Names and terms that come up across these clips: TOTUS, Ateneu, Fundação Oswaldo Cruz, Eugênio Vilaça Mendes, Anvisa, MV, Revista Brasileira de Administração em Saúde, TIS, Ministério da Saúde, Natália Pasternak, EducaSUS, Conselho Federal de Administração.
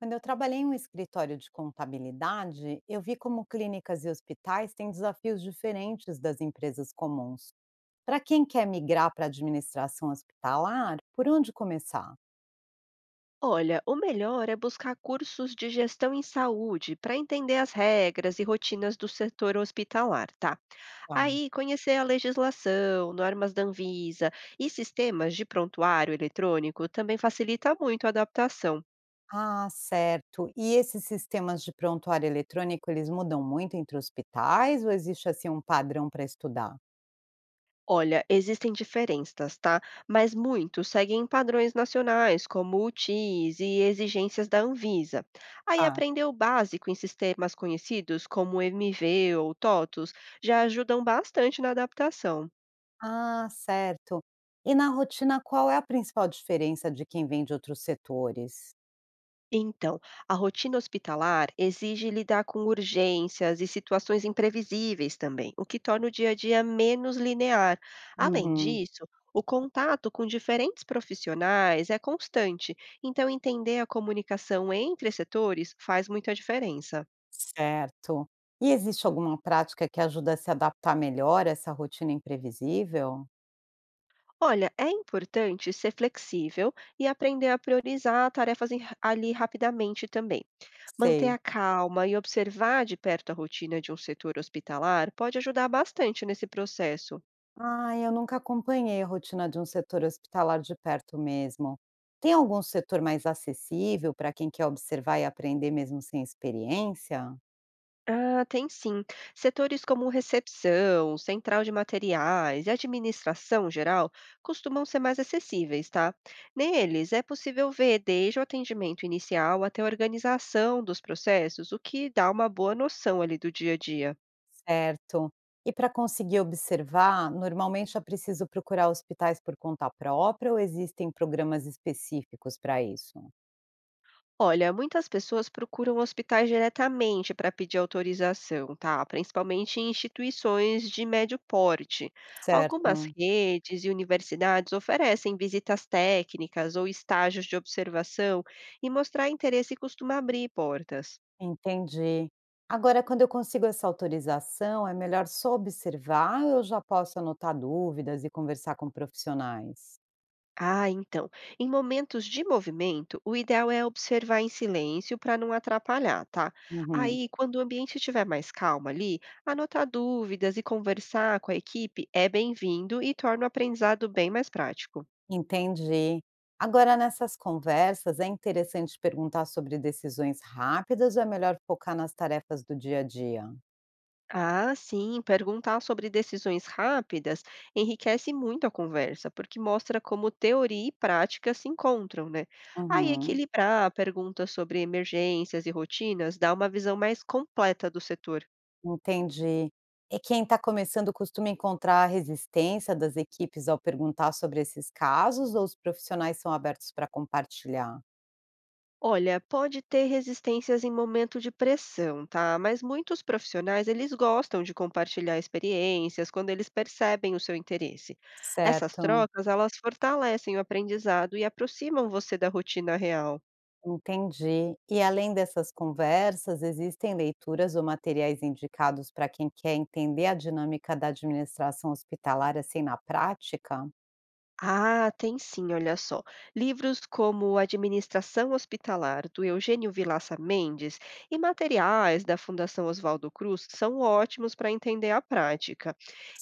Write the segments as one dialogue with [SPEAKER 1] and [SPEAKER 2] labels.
[SPEAKER 1] Quando eu trabalhei em um escritório de contabilidade, eu vi como clínicas e hospitais têm desafios diferentes das empresas comuns. Para quem quer migrar para a administração hospitalar, por onde começar?
[SPEAKER 2] Olha, o melhor é buscar cursos de gestão em saúde para entender as regras e rotinas do setor hospitalar, tá?
[SPEAKER 1] Tá.
[SPEAKER 2] Aí, conhecer a legislação, normas da Anvisa e sistemas de prontuário eletrônico também facilita muito a adaptação.
[SPEAKER 1] Ah, certo. E esses sistemas de prontuário eletrônico, eles mudam muito entre hospitais ou existe assim um padrão para estudar?
[SPEAKER 2] Olha, existem diferenças, tá? Mas muitos seguem padrões nacionais, como o TIS e exigências da Anvisa. Aí
[SPEAKER 1] Ah,
[SPEAKER 2] aprender o básico em sistemas conhecidos, como MV ou TOTUS, já ajudam bastante na adaptação.
[SPEAKER 1] Ah, certo. E na rotina, qual é a principal diferença de quem vem de outros setores?
[SPEAKER 2] Então, a rotina hospitalar exige lidar com urgências e situações imprevisíveis também, o que torna o dia a dia menos linear. Além
[SPEAKER 1] Uhum.
[SPEAKER 2] disso, o contato com diferentes profissionais é constante, então entender a comunicação entre setores faz muita diferença.
[SPEAKER 1] Certo. E existe alguma prática que ajuda a se adaptar melhor a essa rotina imprevisível?
[SPEAKER 2] Olha, é importante ser flexível e aprender a priorizar ali rapidamente também. Manter
[SPEAKER 1] Sei.
[SPEAKER 2] a calma e observar de perto a rotina de um setor hospitalar pode ajudar bastante nesse processo.
[SPEAKER 1] Ah, eu nunca acompanhei a rotina de um setor hospitalar de perto mesmo. Tem algum setor mais acessível para quem quer observar e aprender mesmo sem experiência?
[SPEAKER 2] Ah, tem sim. Setores como recepção, central de materiais e administração geral costumam ser mais acessíveis, tá? Neles é possível ver desde o atendimento inicial até a organização dos processos, o que dá uma boa noção ali do dia a dia.
[SPEAKER 1] Certo. E para conseguir observar, normalmente é preciso procurar hospitais por conta própria ou existem programas específicos para isso?
[SPEAKER 2] Olha, muitas pessoas procuram hospitais diretamente para pedir autorização, tá? Principalmente em instituições de médio porte. Algumas
[SPEAKER 1] Certo.
[SPEAKER 2] redes e universidades oferecem visitas técnicas ou estágios de observação, e mostrar interesse costuma abrir portas.
[SPEAKER 1] Entendi. Agora, quando eu consigo essa autorização, é melhor só observar ou eu já posso anotar dúvidas e conversar com profissionais?
[SPEAKER 2] Ah, então, em momentos de movimento, o ideal é observar em silêncio para não atrapalhar, tá?
[SPEAKER 1] Uhum,
[SPEAKER 2] Aí, quando o ambiente estiver mais calmo ali, anotar dúvidas e conversar com a equipe é bem-vindo e torna o aprendizado bem mais prático.
[SPEAKER 1] entendi. Agora, nessas conversas, é interessante perguntar sobre decisões rápidas ou é melhor focar nas tarefas do dia a dia?
[SPEAKER 2] Ah, sim, perguntar sobre decisões rápidas enriquece muito a conversa, porque mostra como teoria e prática se encontram, né? Aí,
[SPEAKER 1] Uhum,
[SPEAKER 2] equilibrar perguntas sobre emergências e rotinas dá uma visão mais completa do setor.
[SPEAKER 1] entendi. E quem está começando costuma encontrar a resistência das equipes ao perguntar sobre esses casos ou os profissionais são abertos para compartilhar?
[SPEAKER 2] Olha, pode ter resistências em momento de pressão, tá? Mas muitos profissionais, eles gostam de compartilhar experiências quando eles percebem o seu interesse. Essas
[SPEAKER 1] Certo.
[SPEAKER 2] trocas, elas fortalecem o aprendizado e aproximam você da rotina real.
[SPEAKER 1] Entendi. E além dessas conversas, existem leituras ou materiais indicados para quem quer entender a dinâmica da administração hospitalar assim na prática?
[SPEAKER 2] Ah, tem sim, olha só. Livros como Administração Hospitalar, do Eugênio Vilaça Mendes, e materiais da Fundação Oswaldo Cruz são ótimos para entender a prática.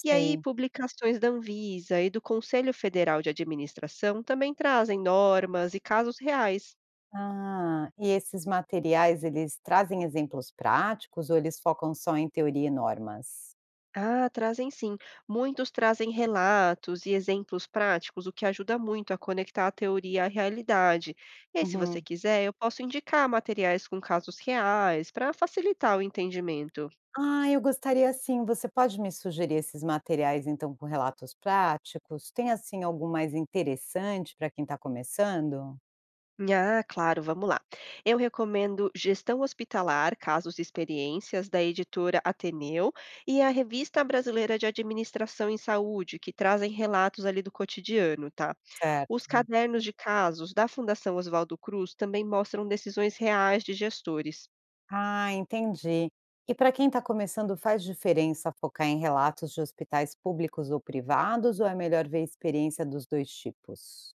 [SPEAKER 2] E aí,
[SPEAKER 1] Sei.
[SPEAKER 2] publicações da Anvisa e do Conselho Federal de Administração também trazem normas e casos reais.
[SPEAKER 1] Ah, e esses materiais, eles trazem exemplos práticos ou eles focam só em teoria e normas?
[SPEAKER 2] Ah, trazem sim. Muitos trazem relatos e exemplos práticos, o que ajuda muito a conectar a teoria à realidade. E aí, se você
[SPEAKER 1] Uhum.
[SPEAKER 2] quiser, eu posso indicar materiais com casos reais para facilitar o entendimento.
[SPEAKER 1] Ah, eu gostaria sim. Você pode me sugerir esses materiais então com relatos práticos? Tem assim algum mais interessante para quem está começando?
[SPEAKER 2] Ah, claro, vamos lá. Eu recomendo Gestão Hospitalar, Casos e Experiências, da editora Ateneu, e a Revista Brasileira de Administração em Saúde, que trazem relatos ali do cotidiano, tá? Os
[SPEAKER 1] Certo.
[SPEAKER 2] cadernos de casos da Fundação Oswaldo Cruz também mostram decisões reais de gestores.
[SPEAKER 1] Ah, entendi. E para quem está começando, faz diferença focar em relatos de hospitais públicos ou privados, ou é melhor ver a experiência dos dois tipos?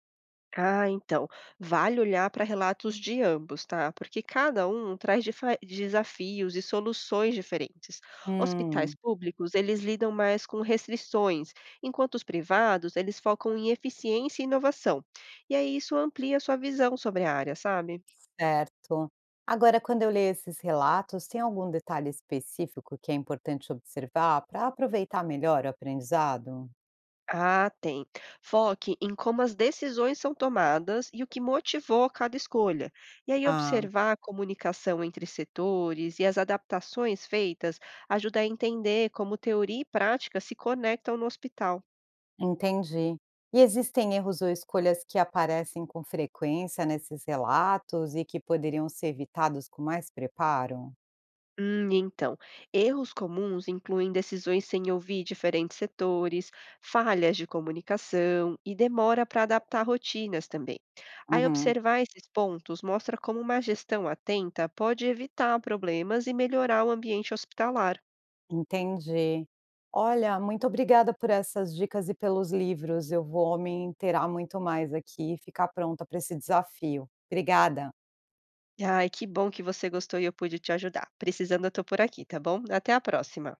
[SPEAKER 2] Ah, então, vale olhar para relatos de ambos, tá? Porque cada um traz desafios e soluções diferentes. Hospitais
[SPEAKER 1] Hum,
[SPEAKER 2] públicos, eles lidam mais com restrições, enquanto os privados, eles focam em eficiência e inovação. E aí isso amplia sua visão sobre a área, sabe?
[SPEAKER 1] certo. Agora, quando eu leio esses relatos, tem algum detalhe específico que é importante observar para aproveitar melhor o aprendizado?
[SPEAKER 2] Ah, tem. Foque em como as decisões são tomadas e o que motivou cada escolha. E aí,
[SPEAKER 1] Ah,
[SPEAKER 2] observar a comunicação entre setores e as adaptações feitas ajuda a entender como teoria e prática se conectam no hospital.
[SPEAKER 1] entendi. E existem erros ou escolhas que aparecem com frequência nesses relatos e que poderiam ser evitados com mais preparo?
[SPEAKER 2] E então, erros comuns incluem decisões sem ouvir diferentes setores, falhas de comunicação e demora para adaptar rotinas também. Aí,
[SPEAKER 1] Uhum.
[SPEAKER 2] observar esses pontos mostra como uma gestão atenta pode evitar problemas e melhorar o ambiente hospitalar.
[SPEAKER 1] Entendi. Olha, muito obrigada por essas dicas e pelos livros. Eu vou me inteirar muito mais aqui e ficar pronta para esse desafio. Obrigada.
[SPEAKER 2] Ai, que bom que você gostou e eu pude te ajudar. Precisando, eu tô por aqui, tá bom? Até a próxima.